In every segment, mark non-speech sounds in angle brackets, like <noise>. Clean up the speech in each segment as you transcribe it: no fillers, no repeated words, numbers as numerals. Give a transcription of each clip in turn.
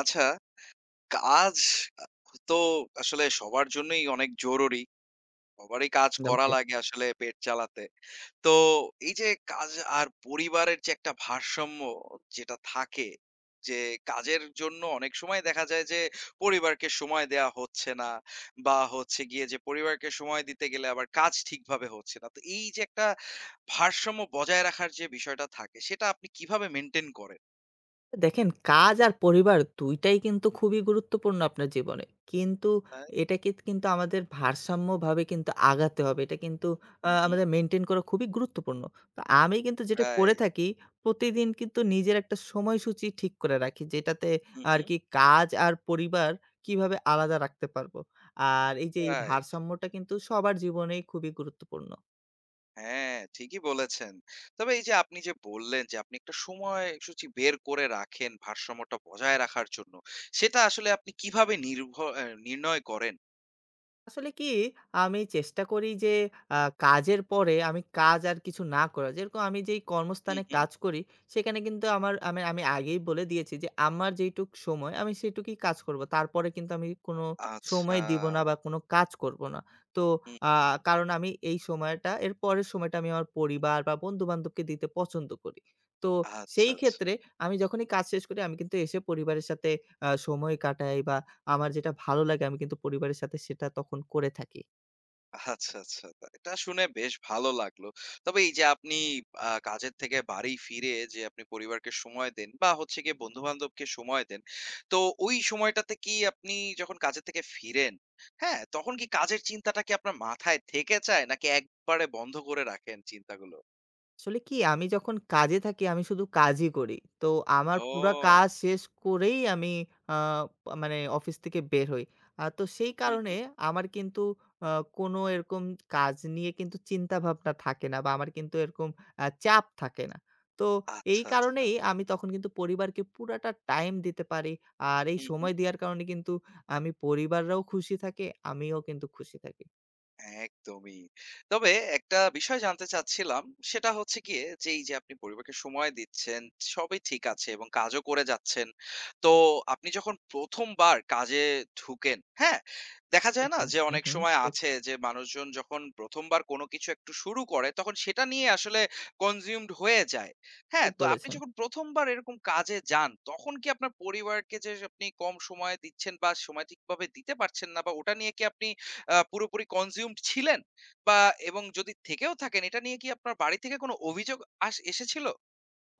আচ্ছা, কাজ আ তো আসলে সবার জন্যই অনেক জরুরি। সবারই কাজ একদম করা ঠিক। লাগে আসলে পেট চালাতে। তো এই যে কাজ আর পরিবারের যে একটা ভারসাম্য যেটা থাকে, যে কাজের জন্য অনেক সময় দেখা যায় যে পরিবারকে সময় দেয়া হচ্ছে না বা হচ্ছে গিয়ে যে পরিবারকে সময় দিতে গেলে আবার কাজ ঠিকভাবে হচ্ছে না। তো এই যে একটা ভারসাম্য বজায় রাখার যে বিষয়টা থাকে, সেটা আপনি কিভাবে মেইনটেইন করেন? দেখেন, কাজ আর পরিবার ২ টাই কিন্তু খুবই গুরুত্বপূর্ণ আপনার জীবনে। কিন্তু রাইট। এটাকে কিন্তু আমাদের ভারসাম্যভাবে কিন্তু আগাতে হবে। এটা কিন্তু হুম, হুম। আমাদের মেইনটেইন করা খুবই গুরুত্বপূর্ণ। তো আমি কিন্তু যেটা করে রাইট। থাকি, প্রতিদিন কিন্তু নিজের একটা সময়সূচি ঠিক করে রাখি। যেটাতে হুম, হুম। আরকি কাজ আর পরিবার কিভাবে আলাদা রাখতে পারবো। আর এই যে এই রাইট। ভারসাম্যটা কিন্তু সবার জীবনেই খুবই গুরুত্বপূর্ণ। হ্যাঁ, ঠিকই বলেছেন। তবে এই যে আপনি যে বললেন যে আপনি একটা সময়সূচি বের করে রাখেন ভারসাম্যটা বজায় রাখার জন্য। সেটা আসলে আপনি কিভাবে নির্ভ অ্যা নির্ণয় করেন? আসলে কি, আমি চেষ্টা করি যে আ কাজের পরে আমি কাজ আর কিছু না করা। যেরকম আমি যেই হু, কর্মস্থানে হু। কাজ করি সেখানে কিন্তু আমার আমি আমি আগেই বলে দিয়েছি যে আমার যেইটুক সময় আমি সেটুকুই কাজ করব। তারপরে কিন্তু আমি কোনো আচ্ছা। সময় দিব না বা কোনো কাজ করব না। তো হু, আ কারণ আমি এই সময়টা এর পরের সময়টা আমি আমার হু। পরিবার বা বন্ধু-বান্ধবকে দিতে পছন্দ করি। তো আচ্ছা, সেই আচ্ছা। ক্ষেত্রে আমি যখনই কাজ শেষ করি আমি কিন্তু এসে পরিবারের সাথে সময় কাটাই, বা আমার যেটা ভালো লাগে আমি কিন্তু পরিবারের সাথে সেটা তখন করে থাকি। আচ্ছা, আচ্ছা। তা এটা শুনে বেশ ভালো লাগলো। তবে এই যে আপনি কাজের থেকে বাড়ি ফিরে যে আপনি পরিবারকে সময় দেন বা হচ্ছে গিয়ে বন্ধু-বান্ধবকে সময় দেন। তো ওই সময়টাতে কি আপনি যখন কাজের থেকে ফিরেন, হ্যাঁ? তখন কি কাজের চিন্তাটা কি আপনার মাথায় থেকে যায় নাকি একবারে বন্ধ করে রাখেন চিন্তাগুলো? আসলে কি, আমি যখন কাজে থাকি আমি শুধু কাজই করি। তো আমার পুরা ও! কাজ শেষ করেই আমি আ মানে অফিস থেকে বের হই। তো সেই হু, কারণে হু। আমার কিন্তু আ কোনো এরকম কাজ নিয়ে কিন্তু চিন্তাভাবনা থাকে না, বা আমার কিন্তু এরকম চাপ থাকে না। তো এই আচ্ছা, আচ্ছা। কারণেই আমি তখন কিন্তু পরিবারকে পুরাটা টাইম দিতে পারি। আর এই হু, হু। সময় দেওয়ার কারণে কিন্তু আমি পরিবাররাও খুশি থাকে, আমিও কিন্তু খুশি থাকি। একদমই। তবে একটা বিষয় জানতে চাচ্ছিলাম, সেটা হচ্ছে গিয়ে যে এই যে আপনি পরিবারকে সময় দিচ্ছেন, সবই ঠিক আছে এবং কাজও করে যাচ্ছেন। তো আপনি যখন ১ম বার কাজে ঢুকেন, হ্যাঁ? দেখা যায় না একদম। যে হুম, অনেক হুম। সময় আছে যে মানুষজন যখন ১ম বার কোনো কিছু একটু শুরু করে তখন সেটা নিয়ে আসলে consumed হয়ে যায়। হ্যাঁ? ঠিক তো আপনি বলেছেন। যখন ১ম বার এরকম কাজে যান, তখন কি আপনার পরিবারকে যে আপনি কম সময় দিচ্ছেন বা সময় ঠিকভাবে দিতে পারছেন না বা ওটা নিয়ে কি আপনি পুরোপুরি consumed ছিলেন? বা এবং যদি থেকেও থাকেন এটা নিয়ে কি আপনার বাড়ি থেকে কোনো অভিযোগ এসেছিল?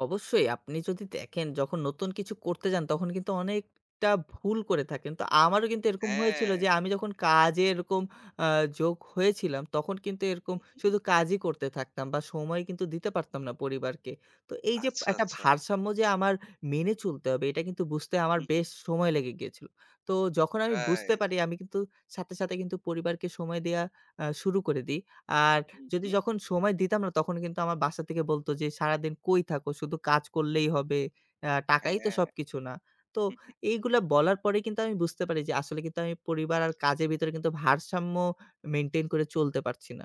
অবশ্যই, আপনি যদি দেখেন যখন নতুন কিছু করতে যান তখন কিন্তু অনেকটা ভুল করে থাকেন। তো আমারও কিন্তু এরকম হয়েছিল হ্যাঁ। যে আমি যখন কাজে এরকম আ যোগ হয়েছিলাম তখন কিন্তু এরকম হু, হু। শুধু কাজই করতে থাকতাম বা সময় কিন্তু দিতে পারতাম না পরিবারকে। তো এই যে আচ্ছা, একটা আচ্ছা। ভারসাম্য যে আমার মেনে চলতে হবে, এটা কিন্তু বুঝতে আমার হু, হু। বেশ সময় লেগে গিয়েছিল। তো যখন আমি বুঝতে রাইট। পারি আমি কিন্তু সাথে, সাথে কিন্তু পরিবারকে সময় দেয়া শুরু করে দিই। আর হু, যদি হু। যখন সময় দিতাম না তখন কিন্তু আমার বাসা থেকে বলত যে, "সারাদিন কই থাকো? শুধু কাজ করলেই হবে। টাকাই তো হ্যাঁ। সবকিছু না।" তো এইগুলা বলার পরে কিন্তু আমি বুঝতে পারি যে আসলে কিন্তু আমি পরিবার আর কাজের ভিতরে কিন্তু ভারসাম্য মেইনটেইন করে চলতে পারছি না।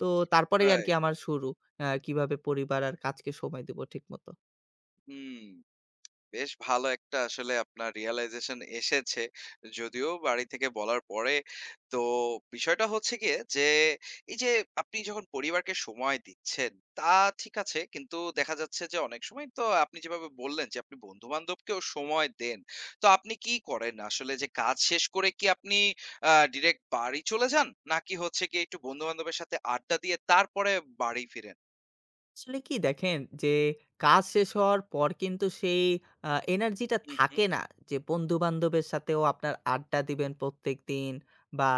তো তারপরেই আরকি রাইট। আমার শুরু। কিভাবে পরিবার আর কাজকে সময় দিব ঠিকমত। হুম। বেশ ভালো একটা আসলে আপনার realization এসেছে। যদিও বাড়ি থেকে বলার পরে। তো বিষয়টা হচ্ছে গিয়ে যে, এই যে আপনি যখন পরিবারকে সময় দিচ্ছেন, তা ঠিক আছে। কিন্তু দেখা যাচ্ছে যে অনেক সময় তো আপনি যেভাবে বললেন যে আপনি বন্ধু-বান্ধবকেও সময় দেন। তো আপনি কি করেন আসলে যে কাজ শেষ করে কি আপনি ডিরেক্ট বাড়ি চলে যান? নাকি হচ্ছে গিয়ে একটু বন্ধু-বান্ধবের সাথে আড্ডা দিয়ে তারপরে বাড়ি ফিরেন? আসলে কি দেখেন, যে কাজ শেষ হওয়ার পর কিন্তু সেই আ এনার্জিটা হুম, হুম। থাকে না যে বন্ধু-বান্ধবের সাথেও আপনার আড্ডা দিবেন প্রত্যেকদিন, বা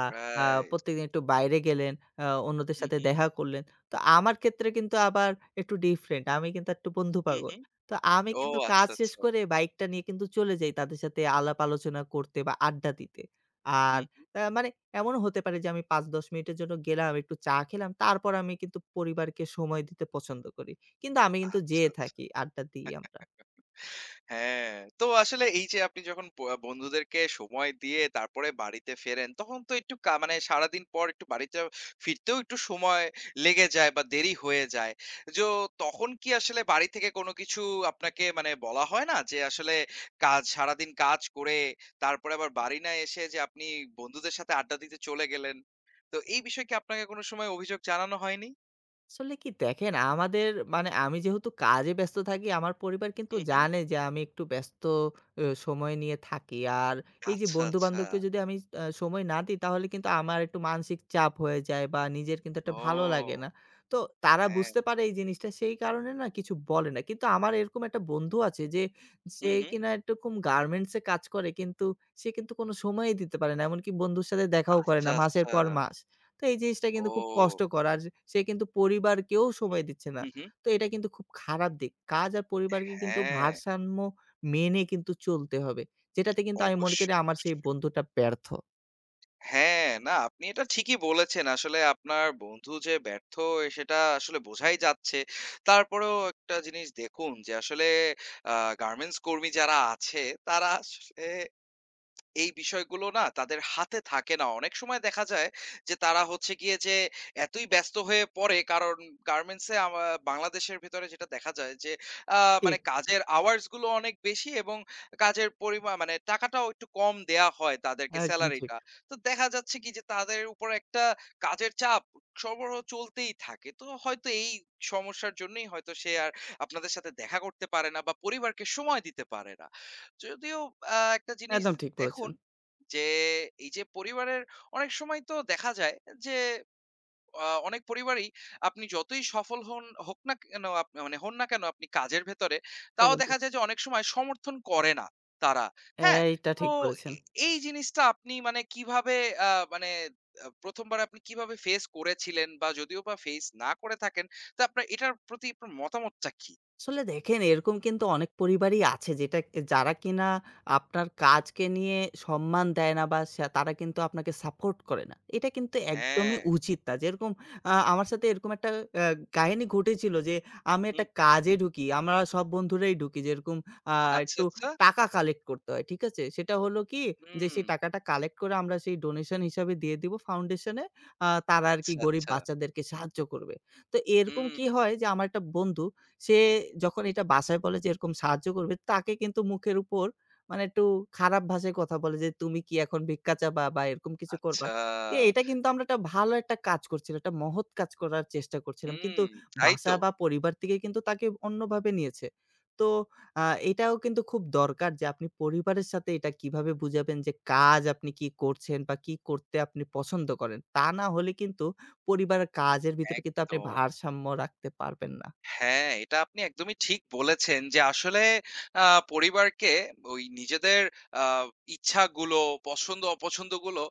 আ রাইট। প্রত্যেকদিন একটু বাইরে গেলেন, অন্যদের হুম, সাথে হুম। দেখা করলেন। তো আমার ক্ষেত্রে কিন্তু আবার একটু ডিফরেন্ট। আমি কিন্তু একটু বন্ধু হুম, পাগল। হুম। তো আমি ও, কিন্তু কাজ আচ্ছা, শেষ আচ্ছা। করে বাইকটা নিয়ে কিন্তু চলে যাই তাদের সাথে আলাপ আলোচনা করতে বা আড্ডা দিতে। আর হুম। মানে এমনও হতে পারে যে আমি ৫-১০ মিনিটের জন্য গেলাম, একটু চা খেলাম। তারপর আমি কিন্তু পরিবারকে সময় দিতে পছন্দ করি। কিন্তু আমি কিন্তু আচ্ছা, যেয়ে আচ্ছা। থাকি, আড্ডা দিই আমরা। হ্যাঁ, তো আসলে এই যে আপনি যখন বন্ধুদেরকে সময় দিয়ে তারপরে বাড়িতে ফেরেন, তখন তো একটু মানে সারাদিন পর একটু বাড়িতে ফিরতেও একটু সময় লেগে যায় বা দেরি হয়ে যায়। যো তখন কি আসলে বাড়ি থেকে কোনো কিছু আপনাকে মানে বলা হয় না? যে আসলে কাজ সারাদিন কাজ করে তারপরে আবার বাড়ি না এসে যে আপনি বন্ধুদের সাথে আড্ডা দিতে চলে গেলেন। তো এই বিষয়ে কি আপনাকে কোনো সময় অভিযোগ জানানো হয়নি? আসলে কি দেখেন, আমাদের মানে আমি যেহেতু কাজে ব্যস্ত থাকি আমার পরিবার কিন্তু হু, হু। জানে যে আমি একটু ব্যস্ত সময় নিয়ে থাকি। আর এই যে আচ্ছা, আচ্ছা। বন্ধু-বান্ধবকে যদি আমি সময় না দিই তাহলে কিন্তু আমার একটু মানসিক চাপ হয়ে যায়, বা নিজের কিন্তু একটা ভালো লাগে ও! না। তো তারা হ্যাঁ। বুঝতে পারে এই জিনিসটা, সেই কারণে না কিছু বলে না। কিন্তু আমার এরকম একটা বন্ধু আছে যে হু, সে হু। কিনা এরকম গার্মেন্টস এ কাজ করে কিন্তু সে কিন্তু কোনো সময়ই দিতে পারে না। এমনকি বন্ধুর সাথে দেখাও করে আচ্ছা, না মাসের আচ্ছা। পর মাস। তো এই জিনিসটা কিন্তু খুব ও! কষ্টকর। আর সে কিন্তু পরিবারকেও সময় দিচ্ছে না। হু, হু। তো এটা কিন্তু খুব খারাপ দিক। কাজ আর পরিবারকে কিন্তু হ্যাঁ, ভারসাম্য মেনে কিন্তু চলতে হবে। যেটাতে কিন্তু আমি মনে করি অবশ্যই, আমার সেই অবশ্যই। বন্ধুটা ব্যর্থ। হ্যাঁ, না আপনি এটা ঠিকই বলেছেন। আসলে আপনার বন্ধু যে ব্যর্থ সেটা আসলে বোঝাই যাচ্ছে। তারপরেও একটা জিনিস দেখুন যে আসলে আ গার্মেন্টস কর্মী যারা আছে তারা আসলে এই বিষয়গুলো না তাদের হাতে থাকে না। অনেক সময় দেখা যায় যে তারা হচ্ছে গিয়ে যে এতই ব্যস্ত হয়ে পড়ে কারণ গার্মেন্টস এ বাংলাদেশের ভেতরে যেটা দেখা যায় যে আ মানে ঠিক। কাজের আওয়ারস গুলো অনেক বেশি এবং কাজের মানে টাকাটাও একটু কম দেয়া হয় তাদেরকে একদম ঠিক। সেলারিটা। তো দেখা যাচ্ছে কি যে তাদের উপর একটা কাজের চাপ সরবরাহ চলতেই থাকে। তো হয়তো এই সমস্যার জন্যই হয়তো সে আর আপনাদের সাথে দেখা করতে পারে না বা পরিবারকে সময় দিতে পারে না। যদিও একটা জিনিস একদম ঠিক বলেছেন। দেখুন যে, এই যে পরিবারের অনেক সময় তো দেখা যায় যে, অনেক পরিবারেই আপনি যতই সফল হন হোক না কেন মানে হন না কেন আপনি কাজের ভেতরে, তাও একদম ঠিক। দেখা যায় যে অনেক সময় সমর্থন করে না তারা। হ্যাঁ? এইটা তো ঠিক বলেছেন। এ এই জিনিসটা আপনি মানে কিভাবে আ মানে ১ম বার আপনি কিভাবে ফেস করেছিলেন বা যদিও বা ফেস না করে থাকেন, তো আপনার এটার প্রতি আপনার মতামতটা কি? আসলে দেখেন, এরকম কিন্তু অনেক পরিবারই আছে যেটা যারা কিনা আপনার কাজকে নিয়ে সম্মান দেয় না, বা সে- তারা কিন্তু আপনাকে সাপোর্ট করে না, এটা কিন্তু একদমই হ্যাঁ। উচিত না। যেরকম আমার সাথে এরকম একটা কাহিনী ঘটেছিল যে আমি একটা হুম। কাজে ঢুকি, আমরা সব বন্ধুরাই ঢুকি। যেরকম আচ্ছা, একটু আচ্ছা। টাকা কালেক্ট করতে হয়, ঠিক আছে? সেটা হলো কি যে হুম। সেই টাকাটা কালেক্ট করে আমরা সেই ডোনেশন হিসাবে দিয়ে দিব ফাউন্ডেশনে, তারা আর কি আচ্ছা, গরিব আচ্ছা। বাচ্চাদেরকে সাহায্য করবে। তো এরকম হুম, কি হয় যে আমার একটা বন্ধু সে যখন এটা বাসায় বলে যে এরকম সাহায্য করবে, তাকে কিন্তু মুখের উপর মানে একটু খারাপ ভাষায় কথা বলে যে, "তুমি কি এখন ভিক্ষা চাবা? বা এরকম কিছু করবা।" আচ্ছা। এ এটা কিন্তু আমরা একটা ভালো একটা কাজ করছিলাম, একটা মহৎ কাজ করার চেষ্টা করছিলাম। কিন্তু হুম, তাই বাসা তো। বা পরিবার থেকে কিন্তু তাকে অন্যভাবে নিয়েছে। তো আ এটাও কিন্তু খুব দরকার যে আপনি পরিবারের সাথে এটা কিভাবে বুঝাবেন যে কাজ আপনি কি করছেন বা কি করতে আপনি পছন্দ করেন। তা না হলে কিন্তু পরিবারের কাজের ভিতরে কিন্তু আপনি একদম। ভারসাম্য রাখতে পারবেন না। হ্যাঁ, এটা আপনি একদমই ঠিক বলেছেন যে আসলে আ পরিবারকে ওই নিজেদের আ ইচ্ছাগুলো, পছন্দ-অপছন্দগুলো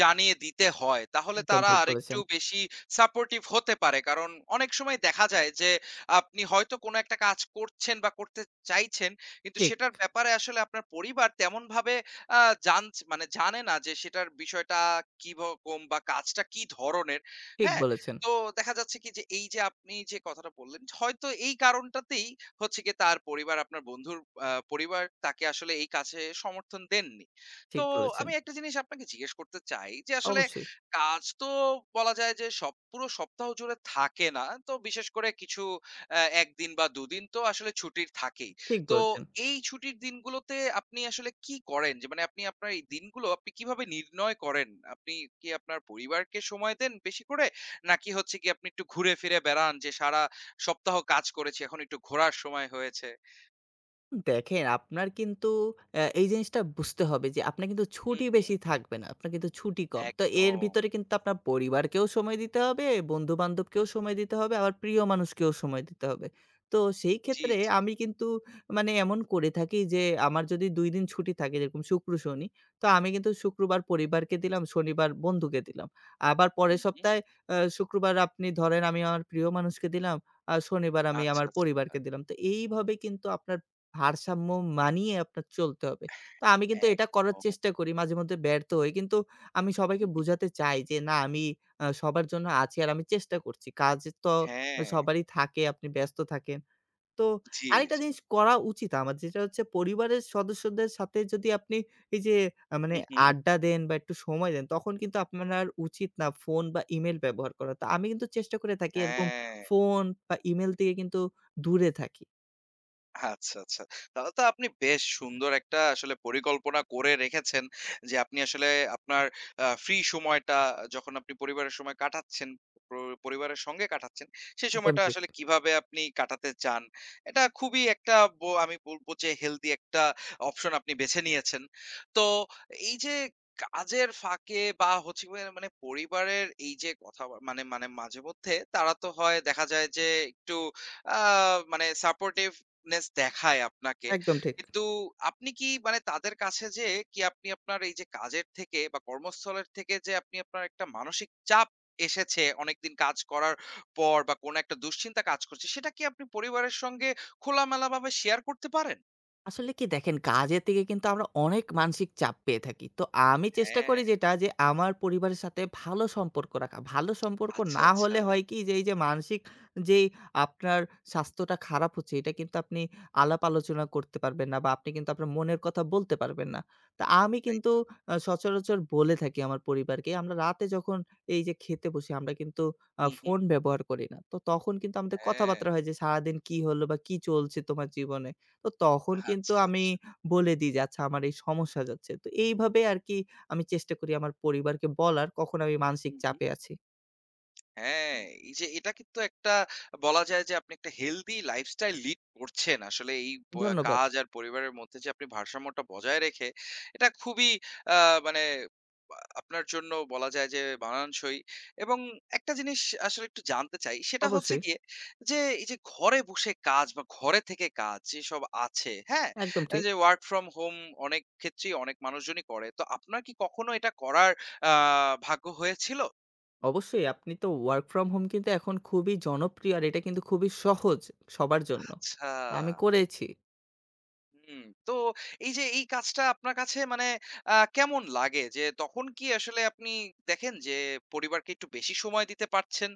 জানিয়ে দিতে হয়। তাহলে একদম তারা ঠিক বলেছেন। আরেকটু বেশি সাপোর্টিভ হতে পারে। কারণ অনেক সময় দেখা যায় যে আপনি হয়তো কোনো একটা কাজ করছেন বা করতে চাইছেন, কিন্তু ঠিক, সেটার ব্যাপারে আসলে আপনার পরিবার তেমনভাবে আ জানছ মানে জানে না যে সেটার বিষয়টা কিরকম বা কাজটা কি ধরনের। ঠিক হ্যাঁ? বলেছেন, তো দেখা যাচ্ছে কি যে এই যে আপনি যে কথাটা বললেন হয়তো এই কারণটাতেই হচ্ছে গিয়ে তার পরিবার আপনার বন্ধুর পরিবার তাকে আসলে এই কাজে সমর্থন দেননি। তো ঠিক বলেছেন। আমি একটা জিনিস আপনাকে জিজ্ঞেস করতে চাই যে আসলে অবশ্যই কাজ তো বলা যায় যে সব পুরো সপ্তাহ জুড়ে থাকে না তো বিশেষ করে কিছু একদিন বা দুদিন তো আসলে ছুটির থাকেই। ঠিক তো বলেছেন। এই ছুটির দিনগুলোতে আপনি আসলে কি করেন যে মানে আপনি আপনার এই দিনগুলো আপনি কিভাবে নির্ণয় করেন, আপনি কি আপনার পরিবারকে সময় দেন বেশি করে নাকি হচ্ছে গিয়ে আপনি একটু ঘুরে ফিরে বেড়ান যে সারা সপ্তাহ কাজ করেছি এখন একটু ঘোরার সময় হয়েছে। দেখেন আপনার কিন্তু এই জিনিসটা বুঝতে হবে যে আপনার কিন্তু হুম, ছুটি হুম। বেশি থাকবে না। আপনার কিন্তু ছুটি কম। তো এর একদম। ভিতরে কিন্তু আপনার পরিবারকেও সময় দিতে হবে, বন্ধু-বান্ধবকেও সময় দিতে হবে, আবার প্রিয় মানুষকেও সময় দিতে হবে। তো সেই জি, ক্ষেত্রে জি। আমি কিন্তু মানে এমন করে থাকি যে আমার যদি ২ দিন ছুটি থাকে যেরকম শুক্র, শনি, তো আমি কিন্তু শুক্রবার পরিবারকে দিলাম, শনিবার বন্ধুকে দিলাম। আবার হুম, পরের হুম। সপ্তাহে শুক্রবার আপনি ধরেন আমি আমার প্রিয় মানুষকে দিলাম, আর শনিবার আমি আচ্ছা, আমার আচ্ছা। পরিবারকে দিলাম। তো এইভাবে কিন্তু আপনার ভারসাম্য মানিয়ে আপনার চলতে হবে। তো আমি কিন্তু এটা করার একদম। চেষ্টা করি। মাঝেমধ্যে ব্যর্থ হই। কিন্তু আমি সবাইকে হুম, হুম। বুঝাতে চাই যে, "না, আমি সবার জন্য আছি আর আমি চেষ্টা করছি।" কাজ তো হ্যাঁ। সবারই থাকে, আপনি ব্যস্ত থাকেন। তো জি, আরেকটা জি। জিনিস করা উচিত আমার, যেটা হচ্ছে পরিবারের সদস্যদের সাথে যদি আপনি এই যে মানে হুম, হুম। আড্ডা দেন বা একটু সময় দেন, তখন কিন্তু আপনার উচিত না ফোন বা ইমেইল ব্যবহার করা। তো আমি কিন্তু চেষ্টা করে থাকি এরকম হ্যাঁ। ফোন বা ইমেইল থেকে কিন্তু দূরে থাকি। আচ্ছা, আচ্ছা। তাহলে তো আপনি বেশ সুন্দর একটা আসলে পরিকল্পনা করে রেখেছেন যে, আপনি আসলে আপনার ফ্রি সময়টা যখন আপনি পরিবারের সময় কাটাচ্ছেন, প পরিবারের সঙ্গে কাটাচ্ছেন, সেই একদম সময়টা ঠিক। আসলে কিভাবে আপনি কাটাতে চান। এটা খুবই একটা আমি বলব যে, হেলথি একটা অপশন আপনি বেছে নিয়েছেন। তো এই যে কাজের ফাঁকে বা হচ্ছে গিয়ে মানে পরিবারের এই যে কথা মানে মানে মাঝেমধ্যে তারা তো হয় দেখা যায় যে, একটু আ মানে সাপোর্টিভ নেস দেখায় আপনাকে। একদম ঠিক। কিন্তু আপনি কি মানে তাদের কাছে যেয়ে কি আপনি আপনার এই যে কাজের থেকে বা কর্মস্থলের থেকে যে আপনি আপনার একটা মানসিক চাপ এসেছে অনেকদিন কাজ করার পর বা কোনো একটা দুশ্চিন্তা কাজ করছে, সেটা কি আপনি পরিবারের সঙ্গে খোলামেলাভাবে শেয়ার করতে পারেন? আসলে কি দেখেন, কাজের থেকে কিন্তু আমরা অনেক মানসিক চাপ পেয়ে থাকি। তো আমি চেষ্টা করি হ্যাঁ, যেটা, যে আমার পরিবারের সাথে ভালো সম্পর্ক রাখা। ভালো সম্পর্ক আচ্ছা, না আচ্ছা। হলে হয় কি যে এই যে মানসিক যেই আপনার স্বাস্থ্যটা খারাপ হচ্ছে, এটা কিন্তু আপনি আলাপ আলোচনা করতে পারবেন না বা আপনি কিন্তু আপনার মনের কথা বলতে পারবেন না। তো আমি তাই কিন্তু তো। সচরাচর বলে থাকি আমার পরিবারকে, আমরা রাতে যখন এই যে খেতে বসি আমরা কিন্তু হু, হু। ফোন ব্যবহার করি না। তো তখন কিন্তু আমাদের হ্যাঁ, কথাবার্তা হয় যে সারাদিন কি হলো বা কি চলছে তোমার জীবনে? তো তখন কিন্তু আচ্ছা, আমি আচ্ছা। বলে দিই যে, "আচ্ছা আমার এই সমস্যা যাচ্ছে।" তো এইভাবে আরকি আমি চেষ্টা করি আমার পরিবারকে বলার কখন আমি হু, মানসিক হু। চাপে আছি। হ্যাঁ, এই যে এটা কিন্তু একটা বলা যায় যে আপনি একটা হেলথি লাইফস্টাইল লিড করছেন। আসলে এই প ধন্যবাদ। কাজ আর পরিবারের মধ্যে যে আপনি ভারসাম্যটা বজায় রেখে এটা খুবই আ মানে আপনার জন্য বলা যায় যে মানানসই এবং একটা জিনিস আসলে একটু জানতে চাই সেটা হচ্ছে অবশ্যই। গিয়ে যে এই যে ঘরে বসে কাজ বা ঘরে থেকে কাজ যেসব আছে, হ্যাঁ? একদম ঠিক। যে ওয়ার্ক ফ্রম হোম অনেক ক্ষেত্রেই অনেক মানুষজনই করে। তো আপনার কি কখনো এটা করার আ ভাগ্য হয়েছিল? অবশ্যই, আপনি তো ওয়ার্ক ফ্রম হোম কিন্তু এখন খুবই জনপ্রিয় আর এটা কিন্তু খুবই সহজ সবার জন্য। আচ্ছা। তো আমি করেছি। হুম, তো এই যে এই কাজটা আপনার কাছে মানে কেমন লাগে? যে তখন কি আসলে আপনি দেখেন যে পরিবারকে একটু বেশি সময় দিতে পারছেন?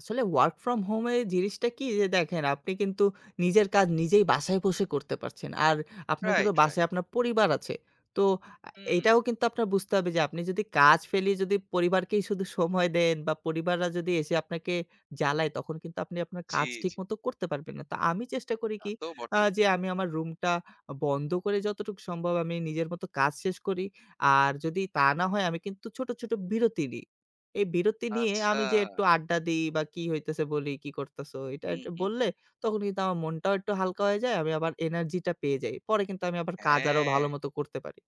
আসলে ওয়ার্ক ফ্রম হোমে জিনিসটা কি যে দেখেন আপনি কিন্তু নিজের কাজ নিজেই বাসায় বসে করতে পারছেন। আর আপনার কিন্তু রাইট, রাইট। বাসায় আপনার পরিবার আছে। তো আ হুম, এইটাও কিন্তু আপনার বুঝতে হবে যে আপনি যদি কাজ ফেলিয়ে যদি পরিবারকেই শুধু সময় দেন বা পরিবাররা যদি এসে আপনাকে জ্বালায়, তখন কিন্তু আপনি আপনার জি, কাজ জি। ঠিকমতো করতে পারবেন না। তো আমি চেষ্টা করি তা কি তো বটেই। যে আমি আমার রুমটা বন্ধ করে যতটুকু সম্ভব আমি নিজের মতো কাজ শেষ করি। আর যদি তা না হয় আমি কিন্তু ছোট, ছোট বিরতি নিই। এই বিরতি নিয়ে আচ্ছা। আমি যে একটু আড্ডা দিই বা কি হইতেছে বলি, কি করতেছো? এটা হুম, এটা হুম। বললে তখন কিন্তু আমার মনটাও একটু হালকা হয়ে যায়। আমি আবার এনার্জিটা পেয়ে যাই। পরে কিন্তু আমি আবার কাজ আরো হ্যাঁ, ভালো মতো করতে পারি।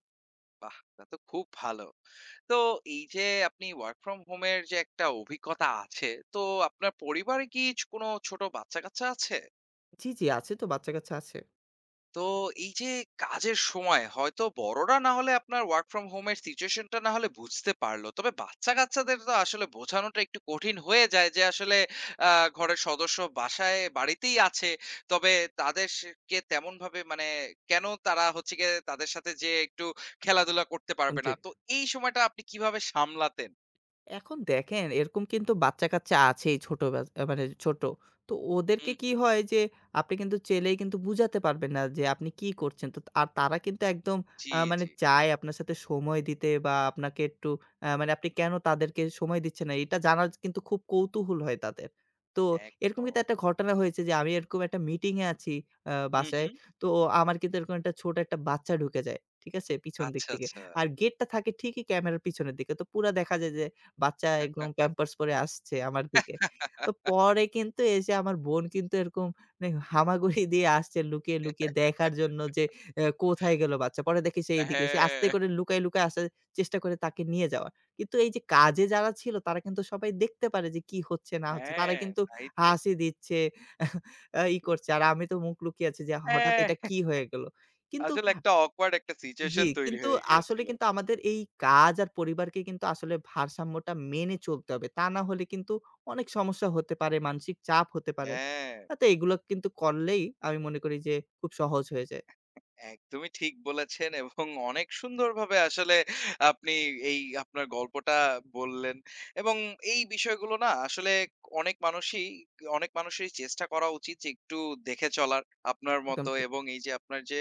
বাহ! তা তো খুব ভালো। তো এই যে আপনি ওয়ার্ক ফ্রম হোম এর যে একটা অভিজ্ঞতা আছে, তো আপনার পরিবারে কি কোনো ছোট বাচ্চা-কাচ্চা আছে? জি, জি আছে তো, বাচ্চা-কাচ্চা আছে। তো এই যে কাজের সময় হয়তো বড়রা না হলে আপনার ওয়ার্ক ফ্রম হোমের সিচুয়েশনটা না হলে বুঝতে পারলো তবে বাচ্চা কাচ্চাদের তো আসলে বোঝানোটা একটু কঠিন হয়ে যায় যে আসলে ঘরের সদস্য বাসায় বাড়িতেই আছে তবে তাদেরকে তেমন ভাবে মানে কেন তারা হচ্ছে গিয়ে তাদের সাথে যে একটু খেলাধুলা করতে একদম পারবে না। ঠিক। তো এই সময়টা আপনি কিভাবে সামলাতেন? এখন দেখেন, এরকম কিন্তু বাচ্চা-কাচ্চা আছেই, ছোট ব্যাচ মানে ছোট। তো ওদেরকে হুম, কি হুম। হয় যে আপনি কিন্তু চেলেই কিন্তু বুঝাতে পারবেন না যে আপনি কি করছেন। তো আর তারা কিন্তু একদম জি, মানে জি। চায় আপনার সাথে সময় দিতে বা আপনাকে একটু মানে আপনি কেন তাদেরকে সময় দিচ্ছেন না এটা জানার কিন্তু খুব কৌতূহল হয় তাদের। তো এরকম কিন্তু একদম। একটা ঘটনা হয়েছে যে আমি এরকম একটা মিটিং এ আছি হুম, বাসায়। হুম। তো আমার কিন্তু এরকম একটা ছোট একটা বাচ্চা ঢুকে যায়। ঠিক আছে? পিছন দিক আচ্ছা, থেকে। আচ্ছা। আর গেটটা থাকে ঠিকই ক্যামেরার পিছনের দিকে। তো পুরা দেখা যায় যে বাচ্চা একদম প্যাম্পার্স পরে আসছে আমার দিকে। তো <laughs> পরে কিন্তু এসে আমার বোন কিন্তু এরকম মানে হামাগুড়ি দিয়ে আসছে লুকিয়ে, লুকিয়ে দেখার জন্য যে এ কোথায় গেল বাচ্চা। পরে দেখি সে এইদিকে। সে আস্তে হ্যাঁ, করে লুকায়, লুকায় আসার চেষ্টা করে তাকে নিয়ে যাওয়ার। কিন্তু এই যে কাজে যারা ছিল তারা কিন্তু সবাই দেখতে পারে যে কি হচ্ছে না হচ্ছে। তারা হ্যাঁ, কিন্তু তাই হাসি দিচ্ছে, <laughs> ই করছে। আর তো। আমি তো মুখ লুকিয়ে আছি যে হঠাৎ হ্যাঁ, এটা কি হয়ে গেল? কিন্তু আসলে একটা awkward একটা জি, situation তৈরি কিন্তু হয়ে আসলে গিয়েছিল। কিন্তু আমাদের এই কাজ আর পরিবারকে কিন্তু আসলে ভারসাম্যটা মেনে চলতে হবে। তা না হলে কিন্তু অনেক সমস্যা হতে পারে, মানসিক চাপ হতে পারে। হ্যাঁ, তো এগুলো কিন্তু করলেই আমি মনে করি যে খুব সহজ হয়ে যায়। একদমই ঠিক বলেছেন এবং অনেক সুন্দরভাবে আসলে আপনি এই আপনার গল্পটা বললেন, এবং এই বিষয়গুলো না আসলে অনেক মানুষই, অনেক মানুষেরই চেষ্টা করা উচিত যে একটু দেখে চলার আপনার একদম মতো, ঠিক। এবং এই যে আপনার যে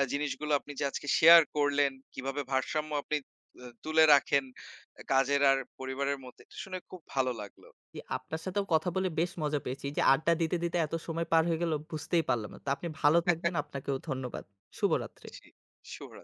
জিনিসগুলো আপনি যে আজকে শেয়ার করলেন, কিভাবে ভারসাম্য আপনি তুলে রাখেন কাজের আর পরিবারের মধ্যে। এটা শুনে খুব ভালো লাগলো। জি, আপনার সাথেও কথা বলে বেশ মজা পেয়েছি। এই যে আড্ডা দিতে, দিতে এত সময় পার হয়ে গেল বুঝতেই পারলাম না। তো আপনি ভালো থাকবেন, <laughs> আপনাকেও ধন্যবাদ। শুভরাত্রি। জি, শুভরা